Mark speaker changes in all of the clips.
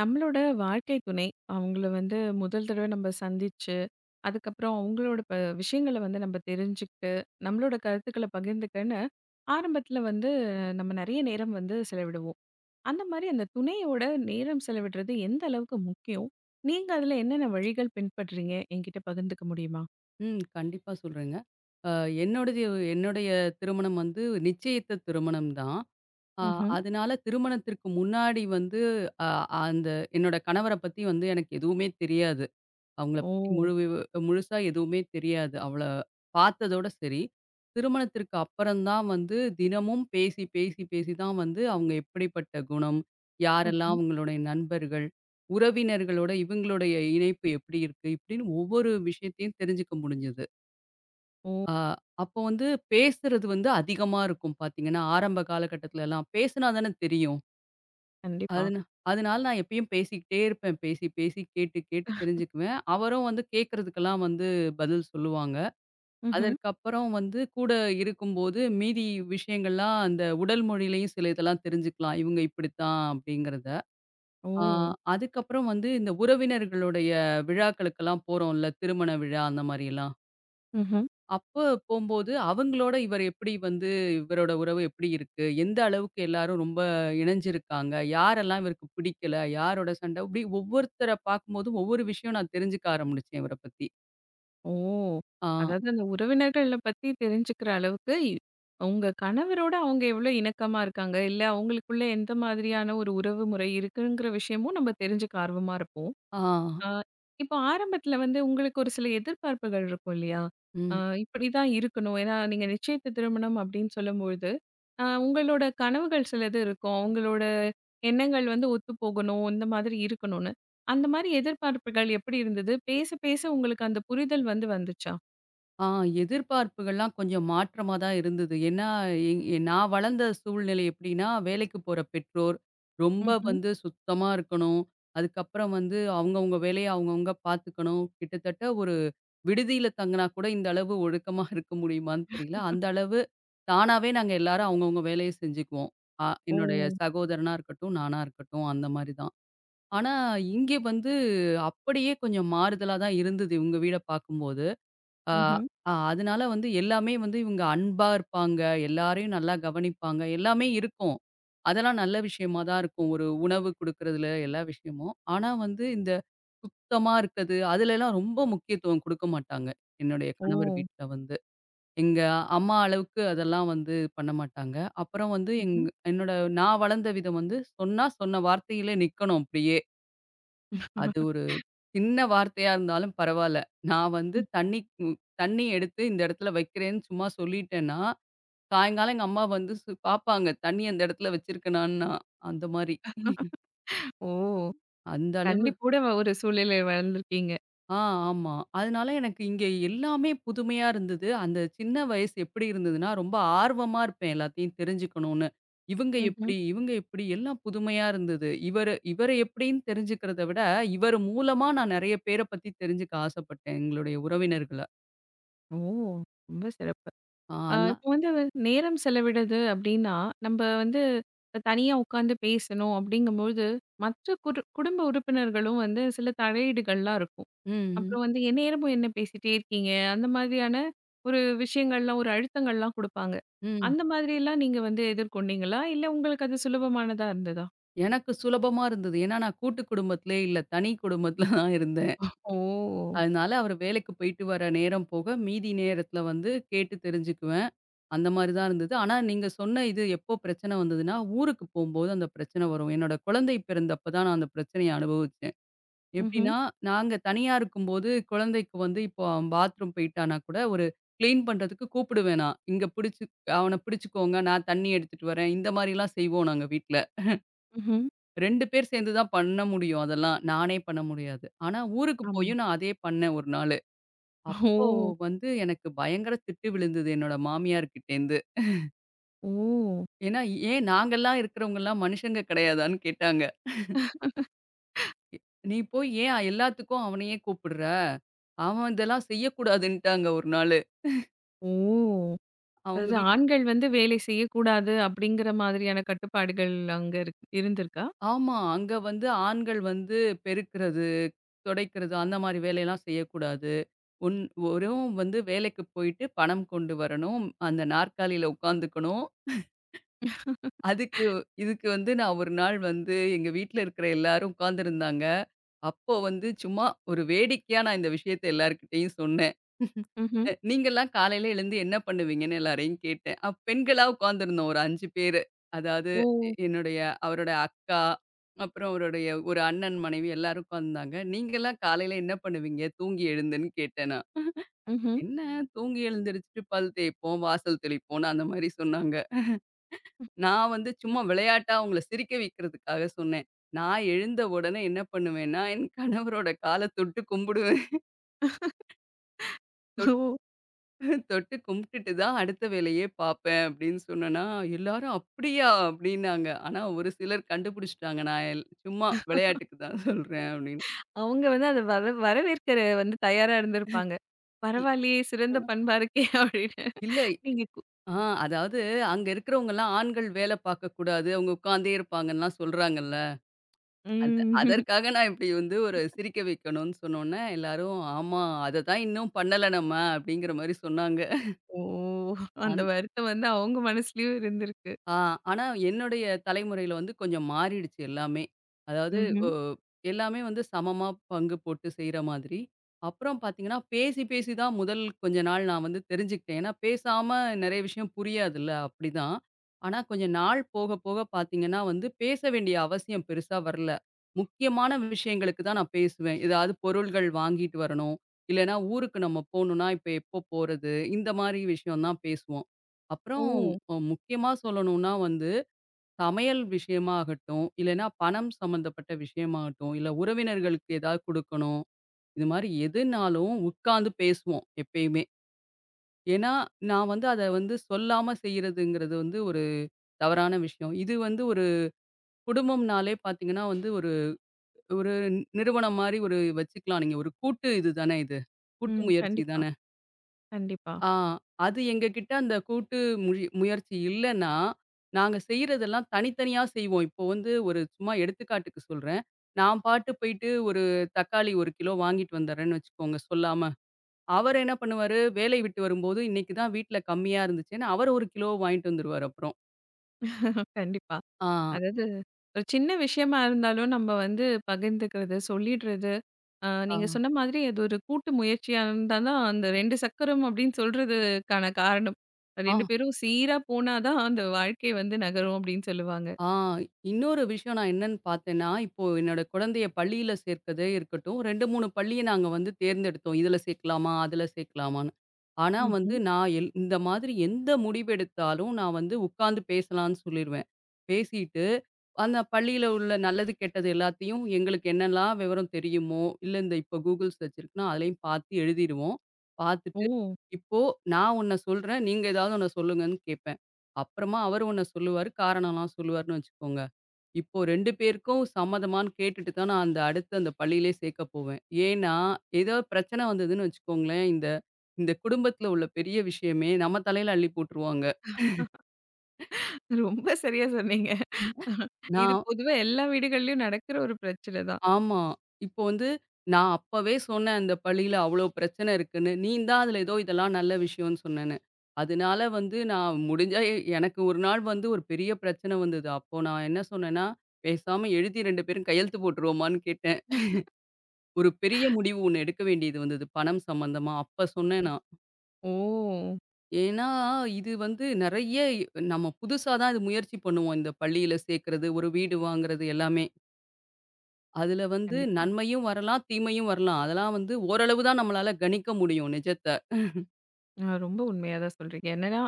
Speaker 1: நம்மளோட வாழ்க்கை துணை, அவங்கள வந்து முதல் தடவ நம்ம சந்திச்சு, அதுக்கப்புறம் அவங்களோட விஷயங்கள வந்து நம்ம தெரிஞ்சுக்கிட்டு, நம்மளோட கருத்துக்கள பகிர்ந்துக்கன்னு, ஆரம்பத்தில வந்து நம்ம நெறைய நேரம் வந்து செலவிடுவோம். அந்த மாரி அந்த துணையோட நேரம் செலவிடுறது எந்த அளவுக்கு முக்கியம்? நீங்க அதில என்னென்ன வழிகள் பின்பற்றீங்க? என்கிட்ட பகிர்ந்துக்க முடியுமா?
Speaker 2: ம். கண்டிப்பா சொல்றேங்க. அ என்னோடது என்னுடைய திருமணம் வந்து நிச்சயித்த திருமணம் தான். அ
Speaker 1: ம்ஹ்ம்.
Speaker 2: அதனால திருமணத்திற்கு முன்னாடி வந்து அ அந்த என்னோட கணவர பத்தி வந்து எனக்கு எதுவுமே தெரியாது. அவங்கள பத்தி
Speaker 1: ஓ!
Speaker 2: முழு விவ முழுசா எதுவுமே தெரியாது. அவள பார்த்ததோட சரி. திருமணத்திற்கு அப்புறம் தான் வந்து தினமும் பேசி, பேசி, பேசி தான் வந்து அவங்க எப்படிப்பட்ட குணம், யாரெல்லாம்
Speaker 1: ம்ஹ்ம்.
Speaker 2: அவங்களுடைய நண்பர்கள், உறவினர்களோட இவங்களுடைய இணைப்பு எப்படி இருக்கு? இப்படின்னு ஒவ்வொரு விஷயத்தையும் தெரிஞ்சுக்க முடிஞ்சது.
Speaker 1: ஓ!
Speaker 2: ஆ, அப்போ வந்து பேசுறது வந்து அதிகமா இருக்கும் பார்த்தீங்கன்னா, ஆரம்ப காலகட்டத்துல எல்லாம். பேசுனா தானே தெரியும்.
Speaker 1: கண்டிப்பா.
Speaker 2: அதுனா அதனால நான் எப்பயும் பேசிக்கிட்டே இருப்பேன். பேசி, பேசி, கேட்டு, கேட்டு தெரிஞ்சுக்குவேன். அவரும் வந்து கேட்கறதுக்கெல்லாம் வந்து பதில் சொல்லுவாங்க.
Speaker 1: ம்ஹ்ம்.
Speaker 2: அதற்கப்புறம் வந்து கூட இருக்கும்போது மீதி விஷயங்கள்லாம் அந்த உடல் மொழியிலயும் சில இதெல்லாம் தெரிஞ்சுக்கலாம். இவங்க இப்படித்தான் அப்படிங்கிறத. ஆ,
Speaker 1: ஓ!
Speaker 2: அதுக்கப்புறம் வந்து இந்த உறவினர்களுடைய விழாக்களுக்கெல்லாம் போறோம்ல, திருமண விழா அந்த மாரியெல்லாம். அப்ப போம்போது, அவங்களோட இவர் எப்படி வந்து இவரோட உறவு எப்படி இருக்கு? எந்த அளவுக்கு எல்லாரும் ரொம்ப இணஞ்சிருக்காங்க? யாரெல்லாம் இவருக்கு பிடிக்கல? யாரோட சண்டை? இப்படி ஒவ்வொருத்தர பார்க்கும்போதும், ஒவ்வொரு விஷயம் நான் தெரிஞ்சுக்க ஆரம்பிச்சேன் இவர பத்தி.
Speaker 1: ஓ!
Speaker 2: ஆ,
Speaker 1: அதாவது அந்த உறவினர்கள பத்தி தெரிஞ்சுக்கிற அளவுக்கு, உங்க கணவரோட அவங்க எவ்ளோ இணக்கமா இருக்காங்க, இல்ல அவங்களுக்குள்ள எந்த மாதிரியான ஒரு உறவு முறை இருக்குங்கிற விஷயமும் நம்ம தெரிஞ்சுக்க ஆர்வமா இருப்போம்.
Speaker 2: ஆ.
Speaker 1: ஆ இப்போ ஆரம்பத்துல வந்து உங்களுக்கு ஒரு சில எதிர்பார்ப்புகள் இருக்கும் இல்லையா? ஆ
Speaker 2: ம்.
Speaker 1: இப்படிதான் இருக்கணும். ஏன்னா நீங்க நிச்சயித்த திருமணம் அப்படின்னு சொல்லும்பொழுது, உங்களோட கனவுகள் சிலது இருக்கும். அவங்களோட எண்ணங்கள் வந்து ஒத்துப்போகணும், இந்த மாதிரி இருக்கணும்னு. அந்த மாதிரி எதிர்பார்ப்புகள் எப்படி இருந்தது? பேச பேச உங்களுக்கு அந்த புரிதல் வந்து வந்துச்சா?
Speaker 2: ஆ எதிர்பார்ப்புகள்லாம் கொஞ்சம் மாற்றமா தான் இருந்தது. ஏன்னா, எங் நான் வளர்ந்த சூழ்நிலை எப்படின்னா, வேலைக்கு போற பெற்றோர், ரொம்ப
Speaker 1: ம்ஹ்ம்.
Speaker 2: வந்து சுத்தமா இருக்கணும். அதுக்கப்புறம் வந்து அவங்கவங்க வேலைய அவங்கவங்க பார்த்துக்கணும். கிட்டத்தட்ட ஒரு விடுதியில தங்குனா கூட இந்த அளவு ஒழுக்கமா இருக்க முடியுமான்னு தெரியல. அந்த அளவு தானாவே நாங்க எல்லாரும் அவங்கவங்க வேலைய செஞ்சுக்குவோம்.
Speaker 1: ஓ!
Speaker 2: என்னுடைய சகோதரனா இருக்கட்டும், நானா இருக்கட்டும் அந்த மாரி தான். ஆனா, இங்கே வந்து அப்படியே கொஞ்சம் மாறுதலா தான் இருந்தது இவங்க வீட பார்க்கும்போது. ஆ,
Speaker 1: ம்ஹ்ம்.
Speaker 2: ஆ அதனால வந்து எல்லாமே வந்து இவங்க அன்பா இருப்பாங்க. எல்லாரையும் நல்லா கவனிப்பாங்க. எல்லாமே இருக்கும். அதெல்லாம் நல்ல விஷயமா தான் இருக்கும். ஒரு உணவு குடுக்குறதுல எல்லா விஷயமும். ஆனா வந்து இந்த சுத்தமா இருக்கிறது, அதுலலாம் ரொம்ப முக்கியத்துவம் குடுக்க மாட்டாங்க. என்னுடைய
Speaker 1: ஓ!
Speaker 2: கணவர் வீட்ல வந்து. எங்க அம்மா அளவுக்கு அதெல்லாம் வந்து பண்ண மாட்டாங்க. அப்புறம் வந்து எங்
Speaker 1: ம்ஹ்ம்.
Speaker 2: என்னோட நான் வளர்ந்த விதம் வந்து சொன்னா, சொன்ன வார்த்தையிலே நிக்கணும் அப்படியே. அது ஒரு சின்ன வார்த்தையா இருந்தாலும் பரவால்ல. நான் வந்து தண்ணி எடுத்து இந்த இடத்துல வைக்கிறேன்னு சும்மா சொல்லிட்டேன்னா, சாயங்காலம் எங்க அம்மா வந்து பார்ப்பாங்க. தண்ணி அந்த இடத்துல வச்சிருக்கனான்னா, அந்த மாரி.
Speaker 1: ஓ!
Speaker 2: அந்த அளவு
Speaker 1: கண்டிப்போட ஒரு சூழ்நிலையில வளர்ந்துருக்கீங்க.
Speaker 2: ஆ ஆமா. அதனால எனக்கு இங்க எல்லாமே புதுமையா இருந்தது. அந்த சின்ன வயசு எப்படி இருந்ததுன்னா, ரொம்ப ஆர்வமா இருப்பேன் எல்லாத்தையும் தெரிஞ்சுக்கணும்னு. இவங்க
Speaker 1: ம்ஹ்ம்.
Speaker 2: எப்படி, இவங்க எப்படி எல்லாம் புதுமையா இருந்தது. இவர எப்படின்னு தெரிஞ்சுக்கிறத விட, இவர் மூலமா நான் நெறைய பேர பத்தி தெரிஞ்சுக்க ஆசைப்பட்டேன், எங்களுடைய உறவினர்கள.
Speaker 1: ஓ! ரொம்ப சிறப்பு.
Speaker 2: ஆ. அதனால
Speaker 1: இப்போ வந்து நேரம் செலவிடுறது அப்டின்னா, நம்ப வந்து தனியா உட்காந்து பேசணும் அப்படிங்கும்போது, மற்ற குடும்ப உறுப்பினர்களும் வந்து சில தலையீடுகள்லாம் இருக்கும்.
Speaker 2: ம். ம்.
Speaker 1: அப்புறம் வந்து என் நேரமும் என்ன பேசிட்டே இருக்கீங்க? அந்த மாதிரியான ஒரு விஷயங்கள்லாம், ஒரு அழுத்தங்கள்லாம் குடுப்பாங்க.
Speaker 2: ம்.
Speaker 1: அந்த மாதிரிலாம் நீங்க வந்து எதிர்கொண்டீங்களா? இல்ல உங்களுக்கு அது சுலபமானதா இருந்ததா?
Speaker 2: எனக்கு சுலபமா இருந்தது. ஏன்னா நான் கூட்டு குடும்பத்திலே இல்ல, தனி குடும்பத்தில தான் இருந்தேன்.
Speaker 1: ஓ!
Speaker 2: அதனால அவரு வேலைக்கு போயிட்டு வர நேரம் போக, மீதி நேரத்தில வந்து கேட்டு தெரிஞ்சுக்குவேன். அந்த மாரி தான் இருந்தது. ஆனா நீங்க சொன்ன இது எப்போ பிரச்சனை வந்ததுன்னா, ஊருக்கு போம்போது அந்த பிரச்சனை வரும். என்னோட குழந்தை பிறந்தப்ப தான் நான் அந்த பிரச்சனைய அனுபவிச்சேன்.
Speaker 1: ம்ஹ்ம்,
Speaker 2: எப்படின்னா, நாங்க தனியா இருக்கும்போது குழந்தைக்கு வந்து இப்போ அவன் பாத்ரூம் போயிட்டான்னா கூட, ஒரு கிளீன் பண்றதுக்கு கூப்பிடுவேன் நான். இங்க பிடிச்சு அவன பிடிச்சுக்கோங்க, நான் தண்ணி எடுத்துட்டு வரேன். இந்த மாரிலாம் செய்வோம் நாங்க வீட்ல.
Speaker 1: ம்ஹ்ம்.
Speaker 2: 2 பேர் சேர்ந்து தான் பண்ண முடியும் அதெல்லாம். நானே பண்ண முடியாது. ஆனா ஊருக்கு
Speaker 1: ஆமா.
Speaker 2: போயும் நான் அதே பண்ணேன் ஒரு நாளு. அப்போ
Speaker 1: ஓ!
Speaker 2: வந்து எனக்கு பயங்கர திட்டு விழுந்தது என்னோட மாமியார்கிட்டேருந்து.
Speaker 1: ஓ!
Speaker 2: ஏன்னா, "ஏன் நாங்கலாம் இருக்கிறவங்கலாம் மனுஷங்க கிடையாதான்னு?" கேட்டாங்க. "எ- "நீ போய் ஏன் எல்லாத்துக்கும் அவனையே கூப்பிடுற? அவன் இதெல்லாம் செய்யக்கூடாதுன்ட்டாங்க" ஒரு நாளு.
Speaker 1: ஓ!
Speaker 2: அவங்க
Speaker 1: அதாவது
Speaker 2: வீ
Speaker 1: ஆண்கள் வந்து வேலை செய்யக்கூடாது அப்படிங்கிற மாதிரியான கட்டுப்பாடுகள் அங்க இருந்திருக்கா?
Speaker 2: ஆமா. அங்க வந்து ஆண்கள் வந்து பெருக்குறது, துடைக்கிறது அந்த மாரி வேலையெல்லாம் செய்யக்கூடாது. ஒன் வெறும் வந்து வேலைக்கு போயிட்டு பணம் கொண்டு வரணும். அந்த நாற்காலியில உட்காந்துக்கணும். அதுக்கு இதுக்கு வந்து நான் ஒரு நாள் வந்து எங்க வீட்ல இருக்கிற எல்லாரும் உட்கார்ந்திருந்தாங்க. அப்போ வந்து சும்மா ஒரு வேடிக்கையா நான் இந்த விஷயத்த எல்லார்கிட்டயும் சொன்னேன்.
Speaker 1: ம்ஹ்ம்.
Speaker 2: நீங்கலாம் காலையில எழுந்து என்ன பண்ணுவீங்கன்னு எல்லாரையும் கேட்டேன். அப் பெண்களா உட்காந்துருந்தோம் ஒரு 5 பேரு. அதாவது
Speaker 1: ஓ!
Speaker 2: என்னுடைய அவரோட அக்கா, அப்புறம் அவருடைய ஒரு அண்ணன், மனைவி எல்லாரும் உட்காந்துருந்தாங்க. "நீங்கலாம் காலையில என்ன பண்ணுவீங்க தூங்கி எழுந்துன்னு?" கேட்டேன் நான்.
Speaker 1: ம்ஹ்ம்.
Speaker 2: "என்ன தூங்கி எழுந்திரிச்சுட்டு பல் தேய்ப்போம், வாசல் தெளிப்போம்ன்னு" அந்த மாரி சொன்னாங்க. நான் வந்து சும்மா விளையாட்டா அவங்கள சிரிக்க வைக்கிறதுக்காக சொன்னேன். நான் எழுந்த உடனே என்ன பண்ணுவேன்னா, என் கணவரோட கால தொட்டு கும்பிடுவேன்.
Speaker 1: ஓ!
Speaker 2: தொட்டு கும்பிட்டுட்டு தான் அடுத்த வேலையே பார்ப்பேன் அப்படின்னு சொன்னேன்னா, எல்லாரும் அப்படியா அப்படின்னாங்க. ஆனா ஒரு சிலர் கண்டுபிடிச்சுட்டாங்க. நான் எல் சும்மா விளையாட்டுக்கு தான் சொல்றேன் அப்படின்னு.
Speaker 1: அவங்க வந்து அத வர வரவேற்கிற வந்து தயாரா இருந்திருப்பாங்க.
Speaker 2: இ
Speaker 1: பரவாயில்லையே! சிறந்த
Speaker 2: அ
Speaker 1: பண்பா இருக்கே அப்படின்னு.
Speaker 2: இல்ல.
Speaker 1: நீங்க
Speaker 2: ஆ அதாவது அங்க இருக்கிறவங்கலாம் ஆண்கள் வேலை பார்க்கக்கூடாது. அவங்க உட்காந்தே இருப்பாங்கன்லாம் சொல்றாங்கல்ல. அது
Speaker 1: ம்.
Speaker 2: அதற்காக நான் இப்படி வந்து ஒரு சிரிக்க வைக்கணும்னு சொன்னோனே, எல்லாரும் ஆமா அததான் இன்னும் பண்ணல நம்ம அப்படிங்கிற மாரி சொன்னாங்க.
Speaker 1: ஓ! அந்த வருத்தம் வந்து அவங்க மனசுலயும் இருந்திருக்கு.
Speaker 2: ஆ, ஆனா என்னுடைய தலைமுறையில வந்து கொஞ்சம் மாறிடுச்சு எல்லாமே. அதாவது
Speaker 1: ம்ஹ்ம்.
Speaker 2: ஒ எல்லாமே வந்து சமமா பங்கு போட்டு செய்ற மாதிரி. அப்புறம் பார்த்தீங்கன்னா, பேசி பேசி தான் முதல் கொஞ்ச நாள் நான் வந்து தெரிஞ்சுக்கிட்டேன். ஏன்னா பேசாம நெறைய விஷயம் புரியாதுல்ல அப்படிதான். ஆனா கொஞ்ச நாள் போக போக பார்த்தீங்கன்னா வந்து, பேச வேண்டிய அவசியம் பெருசா வரல. முக்கியமான விஷயங்களுக்கு தான் நான் பேசுவேன். ஏதாவது பொருள்கள் வாங்கிட்டு வரணும், இல்லைன்னா ஊருக்கு நம்ம போணும்னா, இப்ப எப்போ போறது? இந்த மாரி விஷயம் தான் பேசுவோம். அப்புறம்
Speaker 1: ஓ!
Speaker 2: முக்கியமா சொல்லணும்னா வந்து, சமையல் விஷயமா ஆகட்டும், இல்லன்னா பணம் சம்மந்தப்பட்ட விஷயமாகட்டும், இல்ல உறவினர்களுக்கு ஏதாவது குடுக்கணும். இது மாரி எதுனாலும் உட்கார்ந்து பேசுவோம் எப்பயுமே. ஏன்னா, நான் வந்து அத வந்து சொல்லாம செய்றதுங்கிறது வந்து ஒரு தவறான விஷயம். இது வந்து ஒரு குடும்பம்னாலே பார்த்தீங்கன்னா வந்து ஒரு ஒரு நிறுவனம் மாரி ஒரு வச்சுக்கலாம். நீங்க ஒரு கூட்டு இது தானே இது. கூட்டு
Speaker 1: ம்.
Speaker 2: முயற்சி
Speaker 1: கண்டிப்பா,
Speaker 2: தானே.
Speaker 1: கண்டிப்பா,
Speaker 2: ஆ. அது எங்ககிட்ட அந்த கூட்டு முயற்சி இல்லன்னா, நாங்க செய்றதெல்லாம் தனித்தனியா செய்வோம். இப்போ வந்து ஒரு சும்மா எடுத்துக்காட்டுக்கு சொல்றேன். நான் பாட்டு போயிட்டு ஒரு தக்காளி 1 கிலோ வாங்கிட்டு வந்துர்றேன்னு வச்சுக்கோங்க சொல்லாம. அவர் என்ன பண்ணுவாரு, வேலை விட்டு வரும்போது, "இன்னைக்கு தான் வீட்ல கம்மியா இருந்துச்சுன்னு" அவர் 1 கிலோ வாங்கிட்டு வந்துருவாரு அப்புறம்.
Speaker 1: கண்டிப்பா.
Speaker 2: ஆ,
Speaker 1: அதாவது, ஒரு சின்ன விஷயமா இருந்தாலும் நம்ம வந்து பகிர்ந்துக்கிறது, சொல்லிடுறது.
Speaker 2: ஆ,
Speaker 1: நீங்க சொன்ன மாதிரி அது ஒரு கூட்டு முயற்சியா இருந்தா தான், அந்த 2 சக்கரம் அப்டின்னு சொல்றதுக்கான காரணம்.
Speaker 2: ஆ.
Speaker 1: 2 பேரும் சீரா போனா தான் அந்த வாழ்க்கை வந்து நகரும் அப்டின்னு சொல்லுவாங்க.
Speaker 2: ஆ இன்னொரு விஷயம் நான் என்னன்னு பார்த்தேன்னா, இப்போ என்னோட குழந்தைய பள்ளியில சேர்க்கதே இருக்கட்டும், 2, 3 பள்ளிய நாங்க வந்து தேர்ந்தெடுத்தோம். இதுல சேர்க்கலாமா? அதுல சேர்க்கலாமான்னு. ஆனா வந்து
Speaker 1: ம்ஹ்ம்.
Speaker 2: நான் எல் இந்த மாதிரி எந்த முடிவெடுத்தாலும் நான் வந்து உட்கார்ந்து பேசலான்னு சொல்லிருவேன். பேசிட்டு, அந்த பள்ளியில உள்ள நல்லது, கெட்டது எல்லாத்தையும் எங்களுக்கு என்னலாம் விவரம் தெரியுமோ, இல்ல இந்த இப்போ Google சர்ச் இருக்குன்னா, அதுலயும் பார்த்து எழுதிருவோம்.
Speaker 1: ஓ!
Speaker 2: பார்த்துட்டு, இப்போ நான் ஒண்ண சொல்றேன், நீங்க ஏதாவது ஒண்ண சொல்லுங்கன்னு கேப்பேன். அப்புறமா அவரு ஒண்ண சொல்லுவாரு, காரணம்லாம் சொல்லுவாருன்னு வச்சுக்கோங்க. இப்போ 2 பேருக்கும் சம்மதமான்னு கேட்டுட்டு தான் நான் அந்த அடுத்து அந்த பள்ளியிலே சேர்க்க போவேன். ஏன்னா, ஏதோ பிரச்சனை வந்ததுன்னு வச்சுக்கோங்களேன், இந்த இந்த குடும்பத்தில உள்ள பெரிய விஷயமே நம்ம தலையில அள்ளி போட்டுருவாங்க.
Speaker 1: ரொம்ப சரியா சொன்னீங்க. இது
Speaker 2: நான்
Speaker 1: பொதுவா எல்லா வீடுகள்லயும் நடக்கிற ஒரு பிரச்சனை தான்.
Speaker 2: ஆமா. இப்போ வந்து நான் அப்பவே சொன்னேன், அந்த பள்ளியில அவ்ளோ பிரச்சனை இருக்குன்னு. நீ தான் அதில ஏதோ இதெல்லாம் நல்ல விஷயம்னு சொன்னேன்னு. அதனால வந்து நான் முடிஞ்சா எ எனக்கு ஒரு நாள் வந்து ஒரு பெரிய பிரச்சனை வந்தது. அப்போ நான் என்ன சொன்னேன்னா, பேசாம எழுதி 2 பேரும் கையெழுத்து போட்டுருவோமான்னு கேட்டேன். ஒரு பெரிய முடிவு ஒண்ணு எடுக்க வேண்டியது வந்தது. பணம் சம்மந்தமா. அப்ப சொன்னேன் நான்.
Speaker 1: ஓ!
Speaker 2: ஏன்னா, இது வந்து நெறைய நம்ம புதுசா தான் இது முயற்சி பண்ணுவோம். இந்த பள்ளியில சேர்க்கறது, ஒரு வீடு வாங்குறது எல்லாமே. அதுல வந்து
Speaker 1: கண்டிப்பா.
Speaker 2: நன்மையும் வரலாம், தீமையும் வரலாம். அதெல்லாம் வந்து ஓரளவு தான் நம்மளால கணிக்க முடியும் நிஜத்த.
Speaker 1: ரொம்ப உண்மையா தான் சொல்றீங்க. என்னன்னா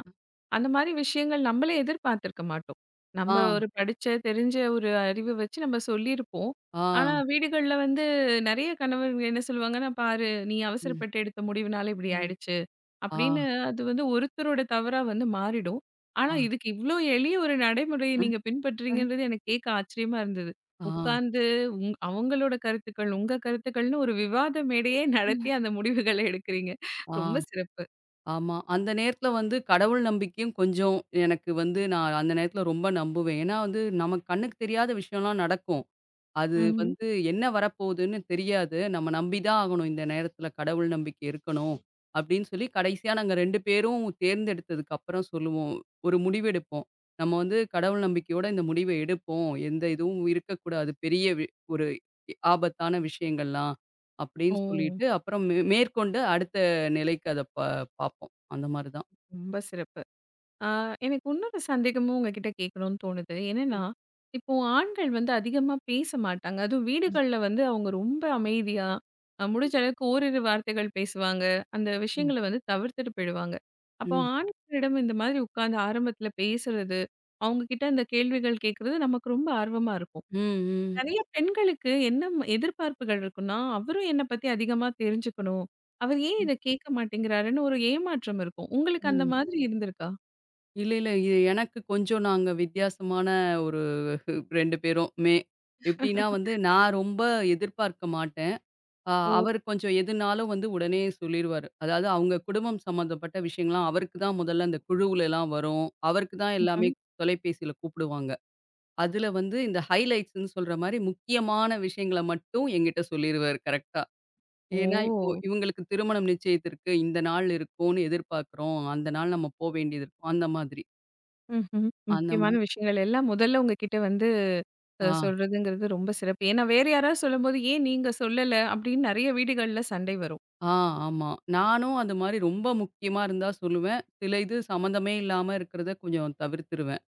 Speaker 1: அந்த மாரி விஷயங்கள் நம்மளே எதிர்பார்த்திருக்க மாட்டோம்.
Speaker 2: ஆ,
Speaker 1: நம்ம ஒரு படிச்ச, தெரிஞ்ச ஒரு அறிவு வச்சு நம்ம சொல்லியிருப்போம்.
Speaker 2: ஆ,
Speaker 1: ஆனா வீடுகள்ல வந்து நெறைய கணவர்கள் என்ன சொல்லுவாங்கன்னா, "பாரு நீ
Speaker 2: ம்,
Speaker 1: அவசரப்பட்டு எடுத்த முடிவுனால இப்படி
Speaker 2: ம்.
Speaker 1: ஆயிடுச்சு."
Speaker 2: ஆ,
Speaker 1: அப்படின்னு அது வந்து ஒருத்தரோட தவறா வந்து மாறிடும். ஆனா
Speaker 2: ஆ,
Speaker 1: இதுக்கு இவ்ளோ எளிய ஒரு நடைமுறைய நீங்க பின்பற்றீங்கன்றது எனக்கு கேட்க ஆச்சரியமா இருந்தது.
Speaker 2: ஆ,
Speaker 1: உட்கார்ந்து அவங்களோட கருத்துக்கள், உங்க கருத்துக்கள்னு ஒரு விவாத மேடையே நடத்தி அந்த முடிவுகள எடுக்கிறீங்க. ரொம்ப
Speaker 2: ஆ,
Speaker 1: சிறப்பு.
Speaker 2: ஆமா. அந்த நேரத்துல வந்து கடவுள் நம்பிக்கையும் கொஞ்சம் எனக்கு வந்து நான் அந்த நேரத்துல ரொம்ப நம்புவேன். ஏன்னா வந்து நமக்கு கண்ணுக்கு தெரியாத விஷயம்லாம் நடக்கும். அது
Speaker 1: ம்ஹ்ம்.
Speaker 2: வந்து என்ன வரப்போகுதுன்னு தெரியாது. நம்ம நம்பி தான் ஆகணும். இந்த நேரத்தில கடவுள் நம்பிக்கை இருக்கணும். அப்படின்னு சொல்லி கடைசியா நாங்க 2 பேரும் தேர்ந்தெடுத்ததுக்கு அப்புறம் சொல்லுவோம். ஒரு முடிவெடுப்போம். நம்ம வந்து கடவுள் நம்பிக்கையோட இந்த முடிவ எடுப்போம். எந்த இதுவும் இருக்கக்கூடாது. பெரிய வி ஒரு ஆபத்தான விஷயங்கள்லாம்
Speaker 1: ஓ!
Speaker 2: அப்படின்னு சொல்லிட்டு அப்புறம் மேற்கொண்டு அடுத்த நிலைக்கு அத பார்ப்போம். அந்த மாரி தான்.
Speaker 1: ரொம்ப சிறப்பு. ஆ, எனக்கு இன்னொரு சந்தேகமும் உங்ககிட்ட கேட்கணும்னு தோணுது. என்னன்னா, இப்போ ஆண்கள் வந்து அதிகமா பேச மாட்டாங்க. அதுவும்
Speaker 2: ம்.
Speaker 1: வீடுகள்ல வந்து அவங்க ரொம்ப அமைதியா, முடிஞ்ச அளவுக்கு ஓரிரு வார்த்தைகள் பேசுவாங்க. அந்த
Speaker 2: ம்.
Speaker 1: விஷயங்கள வந்து தவிர்த்துட்டு போயிடுவாங்க. அப்போ
Speaker 2: ம்.
Speaker 1: ஆண்களிடம் இந்த மாதிரி உட்கார்ந்து ஆரம்பத்தில பேசுறது, அவங்க கிட்ட அந்த கேள்விகள் கேட்கறது நமக்கு ரொம்ப ஆர்வமா இருக்கும்.
Speaker 2: ம். ம்.
Speaker 1: நெறைய பெண்களுக்கு என்ன எதிர்பார்ப்புகள் இருக்குன்னா, அவரும் என்ன பத்தி அதிகமா தெரிஞ்சுக்கணும். அவர் ஏன்
Speaker 2: ம்.
Speaker 1: இத கேட்க மாட்டேங்கிறாருன்னு ஒரு ஏமாற்றம் இருக்கும். உங்களுக்கு அந்த
Speaker 2: ம்.
Speaker 1: மாதிரி இருந்திருக்கா?
Speaker 2: இல்ல, இல்ல. இது எனக்கு கொஞ்சம் நாங்க வித்தியாசமான ஒரு 2 பேருமே. எப்படின்னா வந்து நான் ரொம்ப எதிர்பார்க்க மாட்டேன். அ
Speaker 1: ஓ!
Speaker 2: அவர் கொஞ்சம் எதுனாலும் வந்து உடனே சொல்லிருவாரு. அதாவது அவங்க குடும்பம் சம்மந்தப்பட்ட விஷயங்கள்லாம் அவருக்கு தான் முதல்ல அந்த குழுவுலலாம் வரும். அவருக்கு தான் எல்லாமே
Speaker 1: ம்ஹ்ம்.
Speaker 2: தொலைபேசியில கூப்பிடுவாங்க. அதுல வந்து இந்த ஹைலைட்ஸ்ன்னு சொல்ற மாரி முக்கியமான விஷயங்கள மட்டும் என்கிட்ட சொல்லிருவாரு கரெக்ட்டா. ஏன்னா இப்போ
Speaker 1: ஓ!
Speaker 2: இவங்களுக்கு திருமணம் நிச்சயித்திருக்கு. இந்த நாள் இருக்கும்னு எதிர்பார்க்கிறோம். அந்த நாள் நம்ம போ வேண்டியது இருக்கும். அந்த மாதிரி.
Speaker 1: ம்ஹ்ம்.
Speaker 2: அந்த மா
Speaker 1: முக்கியமான விஷயங்கள் எல்லாம் முதல்ல உங்ககிட்ட வந்து
Speaker 2: ஆ,
Speaker 1: சொல்றதுங்கிறது ரொம்ப சிறப்பு. ஏன்னா வேற யாராவது சொல்லும்போது, "ஏன் நீங்க சொல்லல?" அப்படின்னு நெறைய வீடுகள்ல சண்டை வரும்.
Speaker 2: ஆ, ஆமா. நானும் அது மாரி ரொம்ப முக்கியமா இருந்தா சொல்லுவேன். சில இது சம்மந்தமே இல்லாம இருக்கிறத கொஞ்சம் தவிர்த்துருவேன்.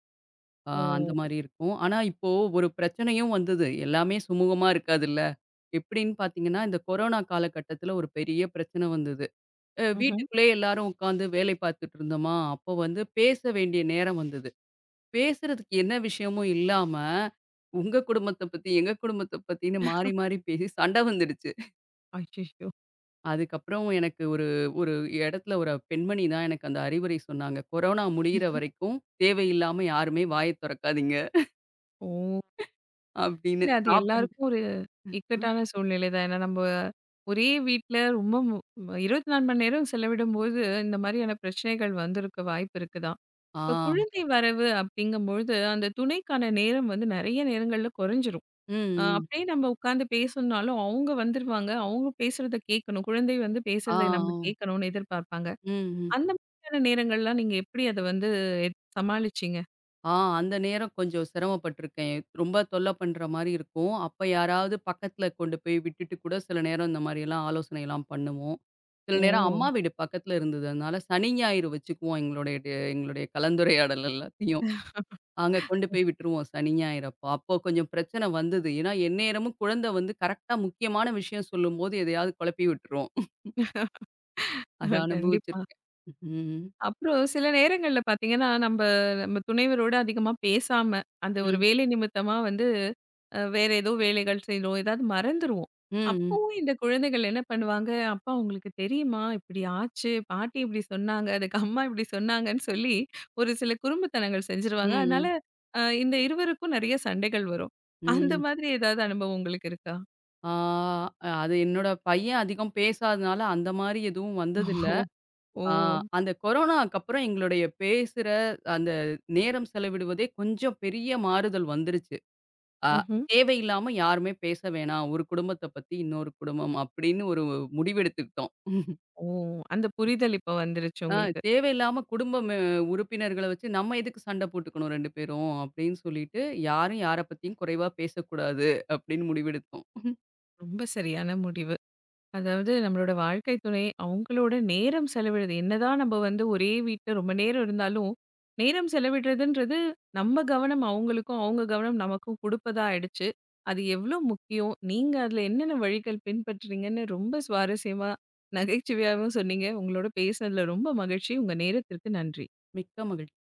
Speaker 2: ஆ
Speaker 1: ஓ!
Speaker 2: அந்த மாரி இருக்கும். ஆனா, இப்போ ஒரு பிரச்சனையும் வந்தது. எல்லாமே சுமூகமா இருக்காதுல்ல. எப்படின்னு பார்த்தீங்கன்னா, இந்த கொரோனா காலகட்டத்தில ஒரு பெரிய பிரச்சனை வந்தது.
Speaker 1: ம்ஹ்ம்.
Speaker 2: வீட்டுக்குள்ளேயே எல்லாரும் உட்காந்து வேலை பார்த்துட்டு இருந்தோமா, அப்போ வந்து பேச வேண்டிய நேரம் வந்தது. பேசுறதுக்கு என்ன விஷயமும் இல்லாம, உங்க குடும்பத்த பத்தி, எங்க குடும்பத்த பத்தின்னு மாறி மாறி பேசி சண்டை வந்துடுச்சு.
Speaker 1: அச்சச்சோ!
Speaker 2: அதுக்கப்புறம் எனக்கு ஒரு ஒரு இடத்துல ஒரு பெண்மணி தான் எனக்கு அந்த அறிவுரை சொன்னாங்க. "கொரோனா முடியிற வரைக்கும் தேவையில்லாம யாருமே வாய தொறக்காதீங்க"
Speaker 1: ஓ!
Speaker 2: அப்படின்னு.
Speaker 1: இல்ல அது
Speaker 2: சாப்பிடுறது
Speaker 1: எல்லாருக்கும் ஒரு இக்கட்டான சூழ்நிலை தான். ஏன்னா நம்ம ஒரே வீட்ல ரொம்ப 24 மணி நேரம் செலவிடும்போது, இந்த மாதிரியான பிரச்சனைகள் வந்திருக்க வாய்ப்பு இருக்கு தான். இப்ப
Speaker 2: ஆ,
Speaker 1: குழந்தை வரவு அப்படிங்கும்பொழுது, அந்த துணைக்கான நேரம் வந்து நெறைய நேரங்கள்ல குறைஞ்சிரும்.
Speaker 2: ம், ம்.
Speaker 1: அப்படியே நம்ம உட்காந்து பேசணும்னாலும், அவங்க வந்துருவாங்க. அவங்க பேசுறத கேட்கணும். குழந்தை வந்து
Speaker 2: ஆ,
Speaker 1: பேசுறத நம்ம
Speaker 2: ஓ,
Speaker 1: கேட்கணும்னு எதிர்பார்ப்பாங்க.
Speaker 2: ம், ம்.
Speaker 1: அந்த மாதிரியான நேரங்கள்லாம் நீங்க எப்படி அத வந்து சமாளிச்சீங்க?
Speaker 2: ஆ அந்த நேரம் கொஞ்சம் சிரமப்பட்டுருக்கேன். ரொம்ப தொல்ல பண்ற மாரி இருக்கும். அப்ப யாராவது பக்கத்துல கொண்டு போய் விட்டுட்டு கூட சில நேரம் இந்த மாரியெல்லாம் ஆலோசனைலாம் பண்ணுவோம். சில
Speaker 1: ஓ!
Speaker 2: நேரம் அம்மா வீடு பக்கத்துல இருந்தது. அதனால சனி, ஞாயிறு வச்சுக்குவோம் எங்களுடைய எங்களுடைய கலந்துரையாடல் எல்லாத்தையும். அங்க கொண்டு போய் விட்டுருவோம் சனி, ஞாயிறு அப்போ. அப்போ கொஞ்சம் பிரச்சனை வந்தது. ஏன்னா, எந்நேரமும் குழந்தை வந்து கரெக்ட்டா முக்கியமான விஷயம் சொல்லும்போது, எதையாவது குழப்பி விட்டுரும். அத
Speaker 1: கண்டிப்பா.
Speaker 2: அனுபவிச்சிருக்கேன். ம்.
Speaker 1: அப்புறம் சில நேரங்கள்ல பார்த்தீங்கன்னா, நம்ப நம்ம துணைவரோட அதிகமா பேசாம, அந்த ஒரு
Speaker 2: ம்.
Speaker 1: வேலை நிமித்தமா வந்து வேற ஏதோ வேலைகள் செய்றோம். ஏதாவது மறந்துருவோம்.
Speaker 2: ம். ம்.
Speaker 1: அப்பவும் இந்த குழந்தைகள் என்ன பண்ணுவாங்க, "அப்பா உங்களுக்கு தெரியுமா? இப்படி ஆச்சு. பாட்டி இப்படி சொன்னாங்க. அதுக்கு அம்மா இப்படி சொன்னாங்கன்னு" சொல்லி ஒரு சில குறும்புத்தனங்கள்
Speaker 2: ம்.
Speaker 1: செஞ்சுருவாங்க. அதனால
Speaker 2: ம்.
Speaker 1: இந்த இருவருக்கும் நெறைய சண்டைகள் வரும். அந்த
Speaker 2: ம்.
Speaker 1: மாதிரி ஏதாவது அனுபவம் உங்களுக்கு இருக்கா?
Speaker 2: ஆ அது என்னோட பையன் அதிகம் பேசாதனால, அந்த மாரி எதுவும் வந்ததில்ல.
Speaker 1: ஓ! ஓ!
Speaker 2: ஆ அந்த கொரோனாக்கு அப்புறம் எங்களுடைய பேசுற அந்த நேரம் செலவிடுவதே கொஞ்சம் பெரிய மாறுதல் வந்துருச்சு. அ
Speaker 1: ம்ஹ்ம்.
Speaker 2: தேவையில்லாம யாருமே பேச வேணாம். ஒரு குடும்பத்த பத்தி இன்னொரு குடும்பம் அப்படின்னு ஒரு முடிவெடுத்துக்கிட்டோம்.
Speaker 1: ஓ! அந்த புரிதல் இப்ப வந்துருச்சு
Speaker 2: ஆ
Speaker 1: உங்களுக்கு.
Speaker 2: தேவையில்லாம குடும்பம் உறுப்பினர்கள வச்சு நம்ம எதுக்கு சண்ட போட்டுக்கணும் 2 பேரும் அப்படின்னு சொல்லிட்டு, யாரும் யார பத்தியும் குறைவா பேசக்கூடாது அப்படின்னு முடிவெடுத்தோம்.
Speaker 1: ரொம்ப சரியான முடிவு. அதாவது நம்மளோட வாழ்க்கை துணை அவங்களோட நேரம் செலவிடுறது என்னதான் நம்ம வந்து ஒரே வீட்டில் ரொம்ப நேரம் இருந்தாலும் நேரம் செலவிடுறதுன்றது நம்ம கவனம் அவங்களுக்கும் அவங்க கவனம் நமக்கும் கொடுப்பதா ஆயிடுச்சு. அது எவ்வளோ முக்கியம் நீங்கள் அதில் என்னென்ன வழிகள் பின்பற்றுறீங்கன்னு ரொம்ப சுவாரஸ்யமாக நகைச்சுவையாகவும் சொன்னீங்க. உங்களோட பேசுனதில் ரொம்ப மகிழ்ச்சி. உங்கள் நேரத்திற்கு நன்றி.
Speaker 2: மிக்க மகிழ்ச்சி.